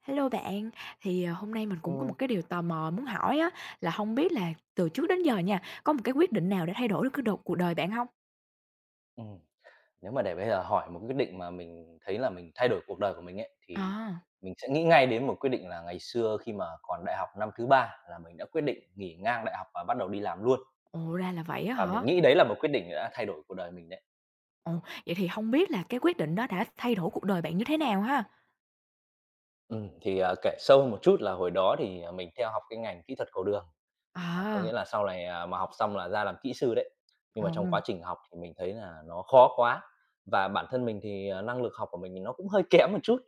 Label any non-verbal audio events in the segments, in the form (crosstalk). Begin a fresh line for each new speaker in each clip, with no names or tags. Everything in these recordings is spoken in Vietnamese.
Hello bạn, hôm nay mình cũng có một
Ừm,
cái điều tò mò muốn hỏi á, là không biết là từ trước đến giờ nha, có một cái quyết định nào đã thay đổi được cái đột cuộc đời bạn không?
ừm. Nếu mà để bây giờ hỏi một quyết định mà mình thấy là mình thay đổi cuộc đời của mình ấy, thì
À,
mình sẽ nghĩ ngay đến một quyết định là ngày xưa khi mà còn đại học năm thứ ba là mình đã quyết định nghỉ ngang đại học và bắt đầu đi làm luôn,
ồ, ra là vậy á
và mình
hả?
nghĩ đấy là một quyết định đã thay đổi cuộc đời mình đấy.
Ồ, vậy thì không biết là cái quyết định đó đã thay đổi cuộc đời bạn như thế nào ha?
Thì, kể sâu hơn một chút là hồi đó thì, mình theo học cái ngành kỹ thuật cầu đường, có
À,
nghĩa là sau này, mà học xong là ra làm kỹ sư đấy. Nhưng
ồ,
mà trong quá trình học thì mình thấy là nó khó quá và bản thân mình thì, năng lực học của mình thì nó cũng hơi kém một chút,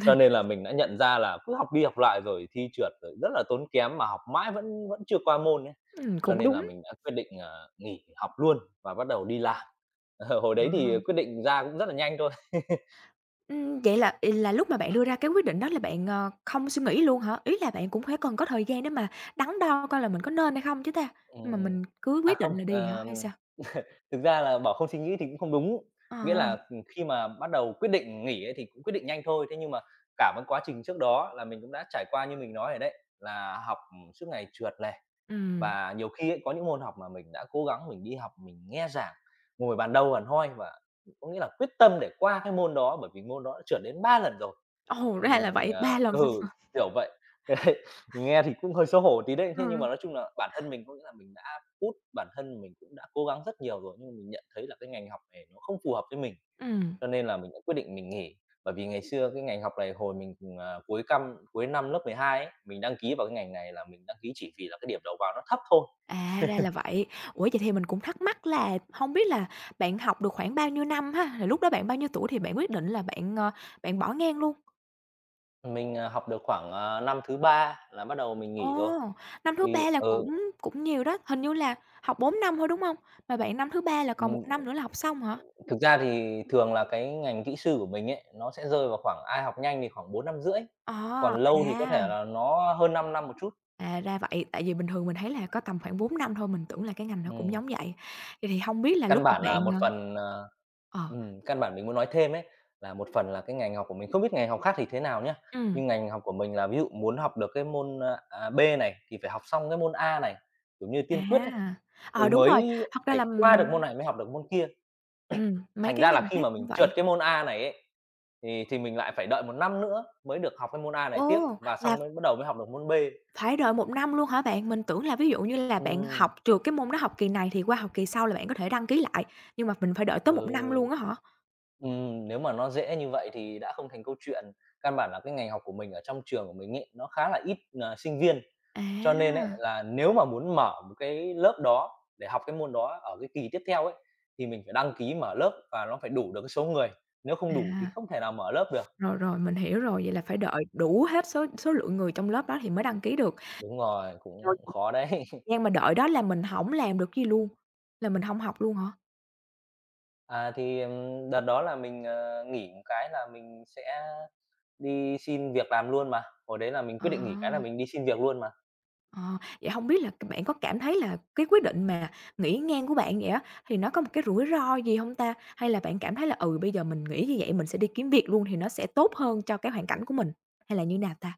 cho nên là mình đã nhận ra là cứ học đi học lại rồi thi trượt rồi rất là tốn kém mà học mãi vẫn vẫn chưa qua môn ấy. Cho
cũng
nên
đúng.
là mình đã quyết định, nghỉ học luôn và bắt đầu đi làm. (laughs) hồi đấy
À,
thì quyết định ra cũng rất là nhanh thôi. (laughs)
vậy là lúc mà bạn đưa ra cái quyết định đó là bạn, không suy nghĩ luôn hả? Ý là bạn cũng phải cần có thời gian để mà đắn đo coi là mình có nên hay không chứ ta? Mà
Ừm.
mình cứ
À,
quyết
không,
định là đi hả hay sao?
thực ra là bảo không suy nghĩ thì cũng không đúng. Nghĩa
À,
là, khi mà bắt đầu quyết định nghỉ ấy thì cũng quyết định nhanh thôi. Thế nhưng mà cả một quá trình trước đó là mình cũng đã trải qua như mình nói rồi đấy, là học, suốt ngày trượt này,
ừm.
và nhiều khi ấy, có những môn học mà mình đã cố gắng mình đi học, mình nghe giảng, ngồi bàn đầu bàn hoi và có nghĩa là quyết tâm để qua cái môn đó, bởi vì môn đó đã trượt đến 3 lần rồi.
Ồ, ra là
Mình,
vậy, 3 lần luôn.
kiểu vậy. (laughs) Đấy, nghe thì cũng hơi xấu hổ tí đấy. Thế nhưng
Ừ.
mà nói chung là bản thân mình cũng nghĩa là mình đã put bản thân mình cũng đã cố gắng rất nhiều rồi, nhưng mà mình nhận thấy là cái ngành học này nó không phù hợp với mình,
Ừm.
cho nên là mình đã quyết định mình nghỉ. Bởi vì ngày xưa cái ngành học này hồi mình, cuối năm lớp 12 ấy, mình đăng ký vào cái ngành này là mình đăng ký chỉ vì là cái điểm đầu vào nó thấp thôi.
À, ra là vậy. Ủa, vậy thì mình cũng thắc mắc là hông biết là bạn học được khoảng bao nhiêu năm ha? Rồi lúc đó bạn bao nhiêu tuổi thì bạn quyết định là bạn bỏ ngang luôn?
Mình, học được khoảng, năm thứ 3 là bắt đầu mình nghỉ rồi.
Ồ, năm thứ
Thì
ba là
ừ,
cũng cũng nhiều đó, hình như là học 4 năm thôi, đúng hông? Mà bạn năm thứ ba là còn một năm nữa là học xong hả?
Thực ra thì thường là cái ngành kỹ sư của mình ấy, nó sẽ rơi vào khoảng ai học nhanh thì khoảng bốn năm rưỡi,
Ờ,
còn lâu thì có
à,
thể là nó hơn 5 năm một chút.
à, ra vậy. Tại vì bình thường mình thấy là có tầm khoảng 4 năm thôi, mình tưởng là cái ngành nó cũng
Ừm,
giống vậy. Vậy thì hông biết là lúc
căn
mà
bản
bạn
là một phần,
ờ.
căn bản mình muốn nói thêm ấy, là một phần là cái ngành học của mình không biết ngành học khác thì thế nào nhá,
Ừm.
nhưng ngành học của mình là ví dụ muốn học được cái môn, B này thì phải học xong cái môn A này, kiểu như,
À,
tiên quyết ấy, thì
đúng rồi,
mới
thật ra
phải
là
qua được môn
mình
này mới học được môn kia.
mấy
Thành
cái
ra là
ngành
khi
khác
mà
cũng
mình trượt
vậy.
cái môn A này ấy, thì mình lại phải đợi một năm nữa mới được học cái môn A này tiếp
Ồ,
và
là
xong mới bắt đầu mới học được môn B.
phải đợi một năm luôn hả bạn? Mình tưởng là ví dụ như là bạn
Ừm,
học trượt cái môn đó học kỳ này thì qua học kỳ sau là bạn có thể đăng ký lại, nhưng mà mình phải đợi tới một
ừ,
năm luôn á hả?
Nếu mà nó dễ như vậy thì đã không thành câu chuyện. Căn bản là cái ngành học của mình ở trong trường của mình ấy, nó khá là ít, sinh viên, cho nên ấy
À,
là nếu mà muốn mở một cái lớp đó để học cái môn đó ở cái kỳ tiếp theo ấy, thì mình phải đăng ký mở lớp và nó phải đủ được cái số người, nếu không đủ thì
à,
không thể nào mở lớp được.
rồi, rồi, mình hiểu rồi, vậy là phải đợi đủ hết số số lượng người trong lớp đó thì mới đăng ký được,
Đúng rồi,
rồi
cũng
thời
khó đấy.
gian mà đợi đó là mình hổng làm được gì luôn, là mình hông học luôn hả?
À, thì, đợt đó là mình, nghỉ một cái là mình sẽ đi xin việc làm luôn mà, hồi đấy là mình quyết định nghỉ
À.
cái là mình đi xin việc luôn mà.
Ờ, vậy hông biết là bạn có cảm thấy là cái quyết định mà nghỉ ngang của bạn vậy á, thì nó có một cái rủi ro gì không ta? Hay là bạn cảm thấy là, bây giờ mình nghỉ như vậy mình sẽ đi kiếm việc luôn thì nó sẽ tốt hơn cho cái hoàn cảnh của mình, hay là như nào ta?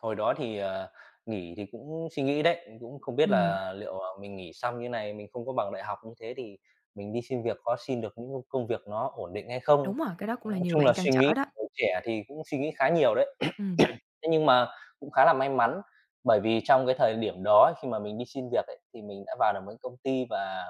Hồi đó thì, nghỉ thì cũng suy nghĩ đấy, cũng không biết
Ừm.
là liệu, mình nghỉ xong như này, mình không có bằng đại học như thế thì mình đi xin việc có xin được những công việc nó ổn định hay không?
Đúng rồi, cái đó cũng là
Nói
nhiều
chung
bạn
là
trăn
suy nghĩ
trở đó.
tuổi trẻ thì cũng suy nghĩ khá nhiều đấy. (clears throat)
Ừm,
(coughs) Thế nhưng mà cũng khá là may mắn, bởi vì trong cái thời điểm đó ấy, khi mà mình đi xin việc ấy, thì mình đã vào được một cái công ty và,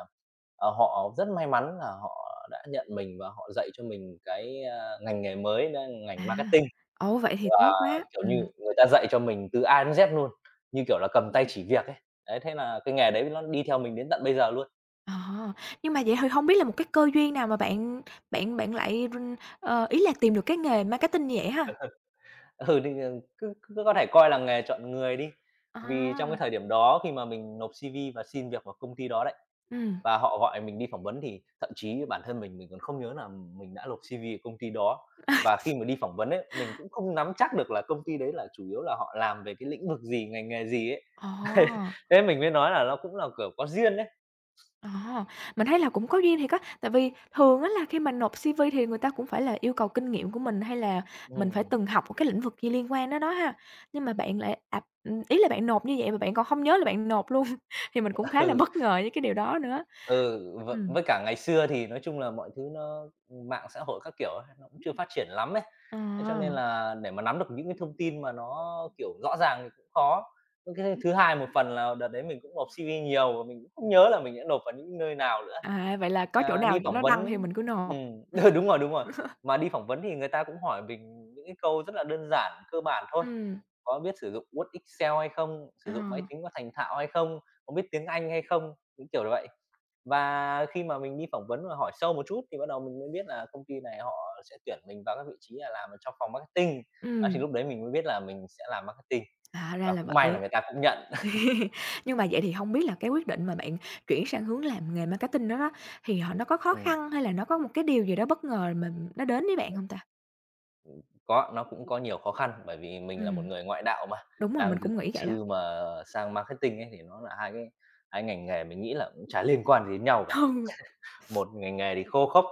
họ rất may mắn là họ đã nhận mình và họ dạy cho mình cái, ngành nghề mới đó là
à,
ngành marketing.
ồ, vậy thì
Và,
tốt quá,
kiểu như, người ta dạy cho mình từ A đến Z luôn, như kiểu là cầm tay chỉ việc ấy. Đấy, thế là cái nghề đấy nó đi theo mình đến tận bây giờ luôn. (laughs)
ờ, nhưng mà vậy thì không biết là một cái cơ duyên nào mà bạn bạn bạn lại ý là tìm được cái nghề marketing như vậy ha?
Ừ, thì, cứ cứ có thể coi là nghề chọn người đi, vì trong cái
À,
thời điểm đó khi mà mình nộp CV và xin việc vào công ty đó đấy,
ừm,
và họ gọi mình đi phỏng vấn thì thậm chí bản thân mình còn không nhớ là mình đã nộp CV ở công ty đó.
ờ.
Và khi mà đi phỏng vấn ấy, mình cũng không nắm chắc được là công ty đấy là chủ yếu là họ làm về cái lĩnh vực gì, ngành nghề gì ấy. (laughs)
(laughs)
Thế mình mới nói là nó cũng là, kiểu, có duyên đấy.
Ờ, mình thấy là cũng có duyên thiệt á, tại vì thường á là khi mà nộp CV thì người ta cũng phải là yêu cầu kinh nghiệm của mình, hay là mình phải
Ừm.
từng học một cái lĩnh vực gì liên quan đó đó ha. Nhưng mà bạn lại ạp ý là bạn nộp như vậy mà bạn còn không nhớ là bạn nộp luôn, (laughs) thì mình cũng
(laughs)
khá là
Ừ.
bất ngờ với cái điều đó nữa.
Ừ,
Ừm,
với cả ngày xưa thì nói chung là mọi thứ nó mạng xã hội các kiểu ấy, nó cũng chưa phát triển lắm ấy.
ờ,
Thế cho nên là để mà nắm được những cái thông tin mà nó, kiểu, rõ ràng thì cũng khó. Với cái thứ hai một phần là đợt đấy mình cũng nộp CV nhiều và mình cũng không nhớ là mình đã nộp vào những nơi nào nữa.
à, vậy là có chỗ
À,
nào
đi phỏng
nó
vấn
đăng thì mình cứ nộp.
ừm, (laughs) Ừ, đúng rồi, đúng rồi.
(laughs)
Mà đi phỏng vấn thì người ta cũng hỏi mình những cái câu rất là đơn giản, cơ bản thôi
Ừm,
có biết sử dụng Word, Excel hay không,
ờ,
sử dụng máy tính có thành thạo hay không, có biết tiếng Anh hay không, những kiểu như vậy. Và khi mà mình đi phỏng vấn và hỏi sâu một chút thì bắt đầu mình mới biết là công ty này họ sẽ tuyển mình vào các vị trí là làm ở trong phòng marketing. Đó, thì
ừm,
lúc đấy mình mới biết là mình sẽ làm marketing
à, ra
và
là
cũng may là
vậy.
người ta cũng nhận.
(laughs) Nhưng mà vậy thì không biết là cái quyết định mà bạn chuyển sang hướng làm nghề marketing đó đó, thì họ nó có khó
Ừm,
khăn hay là nó có một cái điều gì đó bất ngờ mà nó đến với bạn không ta?
có, nó cũng có nhiều khó khăn bởi vì mình là một
Ừm,
người ngoại đạo mà,
đúng rồi,
đang
mình
từ
cũng
kỹ
nghĩ vậy đó.
sư mà sang marketing ấy thì nó là hai ngành nghề mình nghĩ là cũng chả liên quan gì đến nhau cả.
(laughs)
Một ngành nghề thì khô khốc,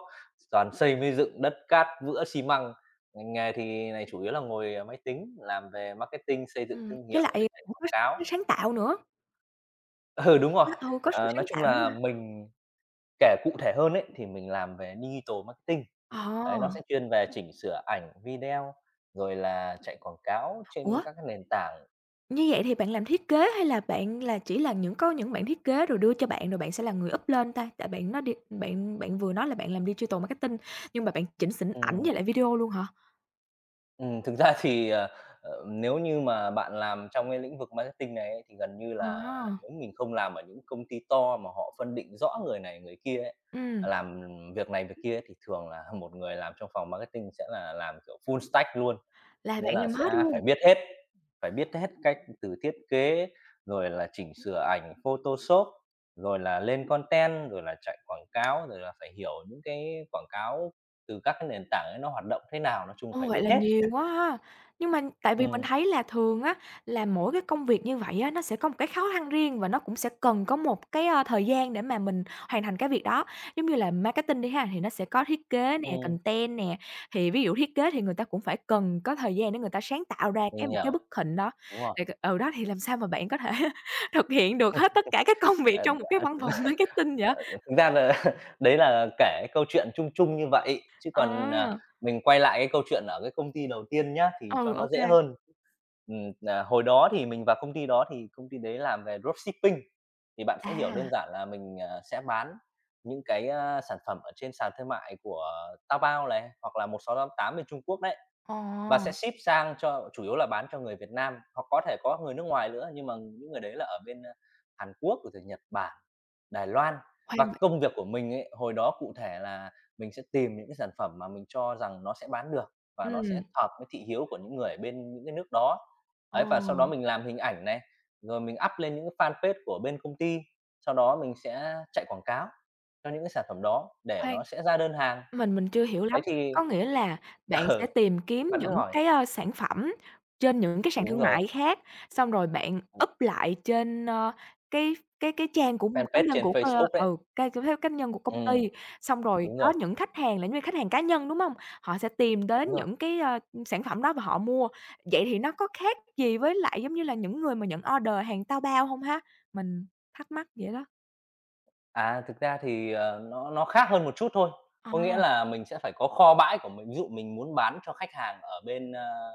toàn xây mới dựng, đất cát, vữa xi măng. Ngành nghề thì này chủ yếu là ngồi, máy tính, làm về marketing, xây
Ừ,
dựng thương
với
hiệu
lại
rồi chạy
cũng
quảng
có
cáo.
cái sáng tạo nữa,
(laughs) Ừ, đúng rồi.
ừ, có sự
Ờ,
sáng
nói chung
tạo nữa
là
mà.
mình kể cụ thể hơn ấy, thì mình làm về digital marketing. Đấy, nó
Ồ,
sẽ chuyên về chỉnh sửa ảnh, video, rồi là chạy quảng cáo trên
ủa,
các cái nền tảng.
như vậy thì bạn làm thiết kế hay là bạn là chỉ là những có những bạn thiết kế rồi đưa cho bạn rồi bạn sẽ là người up lên ta? Tại bạn nói đi bạn bạn vừa nói là bạn làm digital marketing nhưng mà bạn chỉnh sỉn ảnh
Ừm.
với lại video luôn hả?
Thực ra thì, nếu như mà bạn làm trong cái lĩnh vực marketing này ấy, thì gần như là
Ồ,
nếu mình không làm ở những công ty to mà họ phân định rõ người này người kia ấy,
ừm.
làm việc này việc kia ấy, thì thường là (laughs) một người làm trong phòng marketing sẽ là làm, kiểu, full stack luôn,
Là
nghĩa
bạn
là
làm hết
sẽ
luôn?
phải biết hết cách từ thiết kế, rồi là chỉnh sửa ảnh Photoshop, rồi là lên content, rồi là chạy quảng cáo, rồi là phải hiểu những cái quảng cáo từ các cái nền tảng ấy nó hoạt động thế nào, nói chung
Ồ,
phải
vậy
biết
là
hết.
nhiều quá ha. Nhưng mà tại vì mình
Ừm.
thấy là thường á, là mỗi cái công việc như vậy á, nó sẽ có một cái khó khăn riêng và nó cũng sẽ cần có một cái thời gian để mà mình hoàn thành cái việc đó. Giống như là marketing đi ha, thì nó sẽ có thiết kế nè,
Ừm,
content nè, thì ví dụ thiết kế thì người ta cũng phải cần có thời gian để người ta sáng tạo ra
mình
một cái
hiểu,
bức hình đó.
đúng rồi.
Thì đó, thì làm sao mà bạn có thể (laughs) thực hiện được hết tất cả các công việc
Ờ,
trong một cái
ờ,
văn phòng (laughs)
(laughs)
marketing vậy?
thực ra là (laughs) đấy là kể cái câu chuyện chung chung như vậy, chứ
Ờ,
còn, mình quay lại cái câu chuyện ở cái công ty đầu tiên nhá, thì cho
ừ, ô
nó dễ
kê.
hơn. Hồi đó thì mình vào công ty đó thì công ty đấy làm về dropshipping, thì bạn sẽ hiểu đơn
À,
giản là mình, sẽ bán những cái, sản phẩm ở trên sàn thương mại của Taobao này, hoặc là 1688 bên Trung Quốc đấy. Và sẽ
ồ,
ship sang cho chủ yếu là bán cho người Việt Nam, hoặc có thể có người nước ngoài nữa, nhưng mà những người đấy là ở bên, Hàn Quốc, rồi thì Nhật Bản, Đài Loan. Và cái công việc của mình ấy, hồi đó cụ thể là mình sẽ tìm những cái sản phẩm mà mình cho rằng nó sẽ bán được và nó sẽ
ừm.
hợp với thị hiếu của những người ở bên những cái nước đó.
Ờ,
Đấy, và sau đó mình làm hình ảnh này, rồi mình up lên những cái fanpage của bên công ty, sau đó mình sẽ chạy quảng cáo cho những cái sản phẩm đó để
khoan,
nó sẽ ra đơn hàng.
mình chưa hiểu
Đấy
lắm.
thì
Có nghĩa là bạn
(laughs)
sẽ
ừ,
tìm kiếm
bạn cứ
những
hỏi.
cái sản phẩm trên những cái sàn
Đúng
thương
rồi.
mại khác, xong rồi bạn up lại trên cái trang của cá
Fanpage
nhân
trên
của cơ
Facebook đấy.
ừ, ca cái web cá nhân của công
Ừm,
ty, xong rồi
đúng
có
rồi,
những khách hàng là giống như khách hàng cá nhân, đúng hông? Họ sẽ tìm đến
đúng rồi.
những cái sản phẩm đó và họ mua. Vậy thì nó có khác gì với lại, giống như là, những người mà nhận order hàng Taobao hông ha? Mình thắc mắc vậy đó.
À, thực ra thì, nó khác hơn một chút thôi,
À,
có nghĩa là mình sẽ phải có kho bãi của mình. Ví dụ mình muốn bán cho khách hàng ở bên,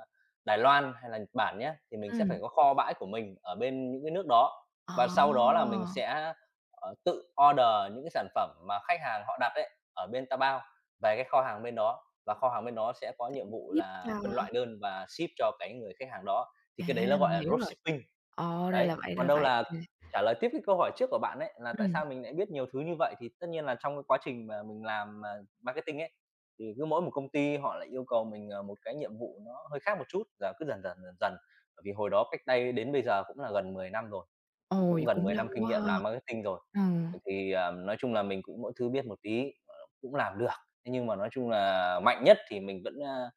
Đài Loan hay là Nhật Bản nhá, thì mình sẽ phải
ừm,
có kho bãi của mình ở bên những cái nước đó.
ờ.
Và sau đó là mình sẽ, tự order những cái sản phẩm mà khách hàng họ đặt ấy, ở bên Taobao về cái kho hàng bên đó, và kho hàng bên đó sẽ có nhiệm vụ
Tiếp cho
là phân loại đơn và ship cho cái người khách hàng đó, thì
à,
cái đấy nó
mình
gọi là
hiểu rồi.
dropshipping.
Ồ, ra
Đấy,
là vậy, ra
còn
là
đâu
vậy.
là trả lời tiếp cái câu hỏi trước của bạn ấy, là tại
Ừm.
sao mình lại biết nhiều thứ như vậy, thì tất nhiên là trong cái quá trình mà mình làm, marketing ấy, thì cứ mỗi một công ty họ lại yêu cầu mình, một cái nhiệm vụ nó hơi khác một chút, và cứ dần dần, dần dần. Bởi vì hồi đó cách đây đến bây giờ cũng là gần 10 năm rồi. Mình
Ồ, vậy
cũng gần
cũng
10
lâu
năm kinh
quá
nghiệm
ha.
làm marketing rồi,
Ừ.
thì, nói chung là mình cũng mỗi thứ biết một tí, cũng làm được. Thế nhưng mà nói chung là mạnh nhất thì mình vẫn,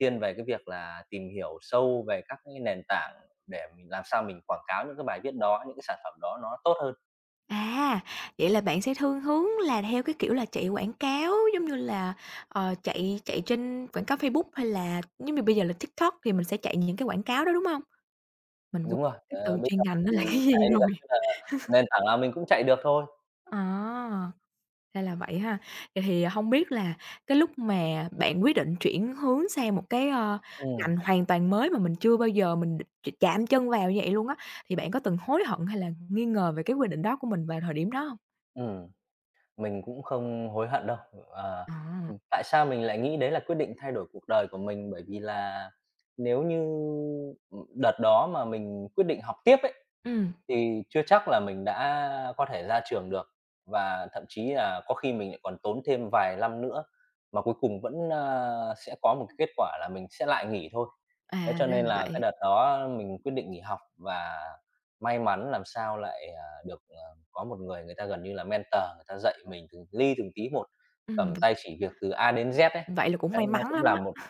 thiên về cái việc là tìm hiểu sâu về các cái nền tảng để mình làm sao mình quảng cáo những cái bài viết đó, những cái sản phẩm đó nó tốt hơn.
À, vậy là bạn sẽ thiên hướng là theo cái kiểu là chạy quảng cáo, giống như là chạy chạy trên quảng cáo Facebook hay là giống như bây giờ là TikTok thì mình sẽ chạy những cái quảng cáo đó, đúng hông? Mình quên
Đúng rồi,
cái từ
bây
chuyên
giờ
ngành nó
thì
là cái
chạy
gì
gần
rồi.
như là nền tảng nào mình cũng chạy được thôi.
Ờ. Ra là vậy ha. Vậy thì không biết là cái lúc mà bạn quyết định chuyển hướng sang một cái
Ừm,
ngành hoàn toàn mới mà mình chưa bao giờ mình chạm chân vào như vậy luôn á, thì bạn có từng hối hận hay là nghi ngờ về cái quyết định đó của mình vào thời điểm đó không?
ừm. Mình cũng không hối hận đâu. Ờ,
À,
tại sao mình lại nghĩ đấy là quyết định thay đổi cuộc đời của mình? Bởi vì là nếu như, đợt đó mà mình quyết định học tiếp ấy,
ừm,
thì chưa chắc là mình đã có thể ra trường được, và thậm chí là có khi mình lại còn tốn thêm vài năm nữa mà cuối cùng vẫn, sẽ có một cái kết quả là mình sẽ lại nghỉ thôi.
à,
Thế cho
ra
nên
là
là cái
vậy.
đợt đó mình quyết định nghỉ học và may mắn làm sao lại, được, có một người người ta gần như là mentor, người ta dạy mình từng ly từng tí một,
Ừm,
cầm
v
tay chỉ việc từ A đến Z ấy.
vậy là cũng
Đấy,
may
nó
mắn
cũng
lắm
là một
á.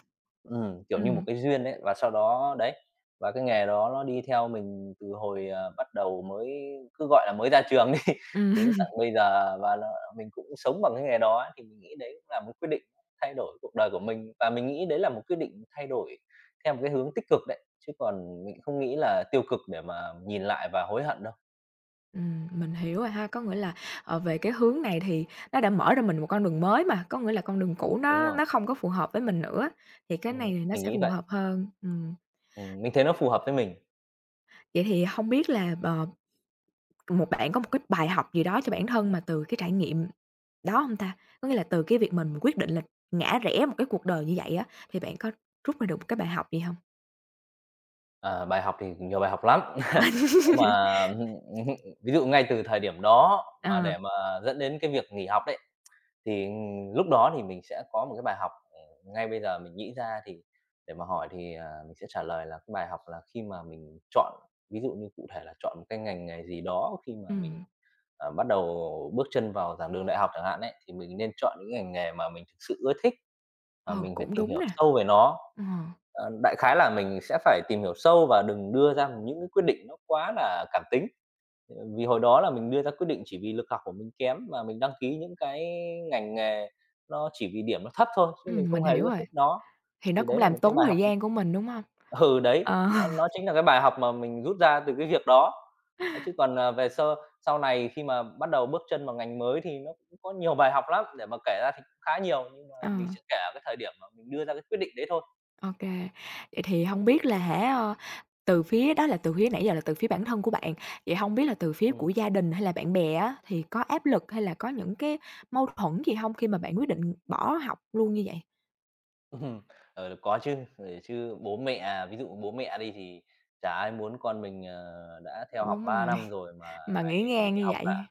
kiểu như một
Ừm,
cái duyên đấy. Và sau đó đấy, và cái nghề đó nó đi theo mình từ hồi, bắt đầu mới cứ gọi là mới ra trường đi, (laughs) đến
ừm,
tận bây giờ và là mình cũng sống bằng cái nghề đó ấy, thì mình nghĩ đấy cũng là một quyết định thay đổi cuộc đời của mình. Và mình nghĩ đấy là một quyết định thay đổi theo một cái hướng tích cực đấy, chứ còn mình không nghĩ là tiêu cực để mà nhìn lại và hối hận đâu.
(laughs) mình hiểu rồi ha. Có nghĩa là về cái hướng này thì nó đã mở ra mình một con đường mới mà, có nghĩa là con đường cũ
Đúng
nó
rồi.
nó không có phù hợp với mình nữa, thì cái này thì nó
Mình
sẽ
nghĩ
phù
vậy.
hợp hơn. Ừm.
Mình thấy nó phù hợp với mình.
Vậy thì không biết là bạn có một cái bài học gì đó cho bản thân mà từ cái trải nghiệm đó không ta? Có nghĩa là từ cái việc mình quyết định là ngã rẽ một cái cuộc đời như vậy á, thì bạn có rút ra được một cái bài học gì không?
Ờ, bài học thì nhiều bài học lắm. (laughs) Nếu mà
(laughs)
ừm, ví dụ ngay từ thời điểm đó mà
Ờ,
để mà dẫn đến cái việc nghỉ học đấy, thì lúc đó thì mình sẽ có một cái bài học, ngay bây giờ mình nghĩ ra thì để mà hỏi thì, mình sẽ trả lời là cái bài học là khi mà mình chọn ví dụ như cụ thể là chọn một cái ngành nghề gì đó khi mà mình,
ừ,
bắt đầu bước chân vào giảng đường đại học chẳng hạn ấy, thì mình nên chọn những ngành nghề mà mình thực sự ưa thích
Ồ,
và mình phải
cũng
tìm
đúng
hiểu
nè,
sâu về nó.
ờ,
Ờ, đại khái là mình sẽ phải tìm hiểu sâu và đừng đưa ra những cái quyết định nó quá là cảm tính. Ờ, vì hồi đó là mình đưa ra quyết định chỉ vì lực học của mình kém mà mình đăng ký những cái ngành nghề nó chỉ vì điểm nó thấp thôi, chứ mình
mình
không hề
hiểu
ưa
rồi,
thích nó.
thì nó
Thì
cũng
đấy là
làm
một cái
tốn
bài học
thời gian của mình, đúng không?
(laughs) ừ, đấy,
Ờ,
nó
(laughs)
chính là cái bài học mà mình rút ra từ cái việc đó. Ấy, chứ còn, về sau này khi mà bắt đầu bước chân vào ngành mới thì nó cũng có nhiều bài học lắm, để mà kể ra thì cũng khá nhiều, nhưng mà
ờ,
mình sẽ kể ở cái thời điểm mà mình đưa ra cái quyết định đấy thôi.
ô Vậy thì không biết là hả, ờ Từ phía đó là từ phía nãy giờ là từ phía bản thân của bạn, vậy hông biết là từ phía
Ừm.
của gia đình hay là bạn bè á, thì có áp lực hay là có những cái mâu thuẫn gì hông khi mà bạn quyết định bỏ học luôn như vậy?
Ừm, có chứ, chứ bố mẹ à, ví dụ bố mẹ đi thì chả ai muốn con mình, đã theo học
Đúng
3
rồi,
năm rồi mà
mà
lại
nghỉ
nghỉ
ngang như
học
vậy.
cả.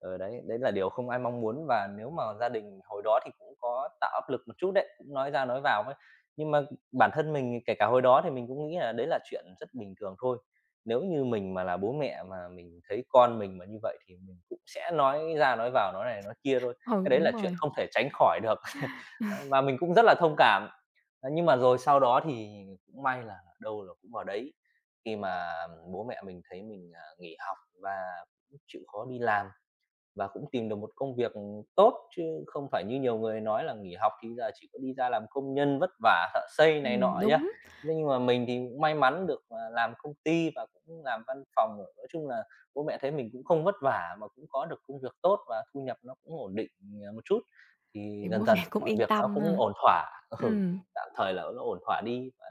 Ờ, đấy, đấy là điều không ai mong muốn và nếu mà gia đình hồi đó thì cũng có tạo áp lực một chút đấy, cũng nói ra nói vào ấy. Nhưng mà bản thân mình kể cả hồi đó thì mình cũng nghĩ là đấy là chuyện rất bình thường thôi. Nếu như mình mà là bố mẹ mà mình thấy con mình mà như vậy thì mình cũng sẽ nói ra nói vào, nói này nói kia thôi,
Ừ,
cái đấy
đúng
là
rồi.
chuyện không thể tránh khỏi được. (laughs) Ờ, và mình cũng rất là thông cảm. Ờ, nhưng mà rồi sau đó thì cũng may là đâu là cũng vào đấy, khi mà bố mẹ mình thấy mình, nghỉ học và cũng chịu khó đi làm và cũng tìm được một công việc tốt chứ không phải như nhiều người nói là nghỉ học thì giờ chỉ có đi ra làm công nhân vất vả, thợ xây này nọ nhá.
Đúng,
Thế nhưng mà mình thì cũng may mắn được, làm công ty và cũng làm văn phòng, nói chung là bố mẹ thấy mình cũng không vất vả mà cũng có được công việc tốt và thu nhập nó cũng ổn định, một chút, thì
thì
dần
bố
dần
mẹ cũng
mọi
yên
việc nó
tâm
cũng
ha.
ổn thỏa. (laughs) Ừ,
Ừm.
tạm thời là nó ổn thỏa đi và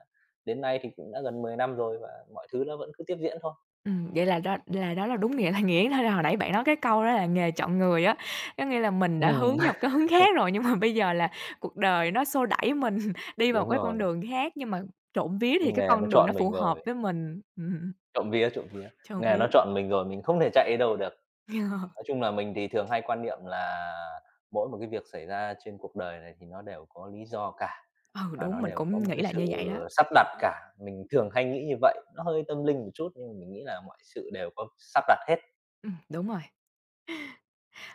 đến nay thì cũng đã gần 10 năm rồi và mọi thứ nó vẫn cứ tiếp diễn thôi.
Vậy là đó là đúng nghĩa là nghĩa thôi là hồi nãy bạn nói cái câu đó là nghề chọn người á, có nghĩa là mình đã hướng theo một
(laughs)
cái hướng khác rồi, nhưng mà bây giờ là cuộc đời nó xô đẩy mình (laughs) đi vào một
Đúng
cái con
rồi,
đường khác, nhưng mà trộm vía
cái
thì cái
nghề nó
con đường nó
chọn
phù
mình
hợp
rồi.
với mình.
Trộm vía,
Trộm
nghề nó
vía.
chọn mình rồi, mình không thể chạy đi đâu được. Nói
(laughs)
chung là mình thì thường hay quan niệm là mỗi một cái việc xảy ra trên cuộc đời này thì nó đều có lý do cả,
Ừ,
và nó
đúng, mình
đều
cũng
có một
nghĩ
cái
là như
sự
vậy đó.
sắp đặt cả, mình thường hay nghĩ như vậy. Nó hơi tâm linh một chút nhưng mà mình nghĩ là mọi sự đều có sắp đặt hết.
Đúng rồi.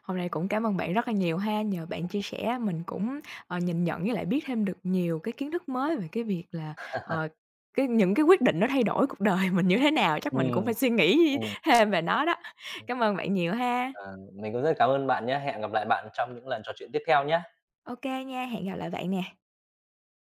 Hôm nay cũng cảm ơn bạn rất là nhiều ha, nhờ bạn chia sẻ mình cũng nhìn nhận với lại biết thêm được nhiều cái kiến thức mới về cái việc là, ờ, những cái quyết định nó thay đổi cuộc đời (laughs) mình như thế nào, chắc mình cũng phải
Ừm,
suy nghĩ
ừm,
(laughs) thêm về nó đó.
ừm,
Cảm ơn bạn nhiều ha.
ờ, mình cũng rất cảm ơn bạn nhá. Hẹn gặp lại bạn trong những lần trò chuyện tiếp theo nhá.
OK nha, hẹn gặp lại bạn nè.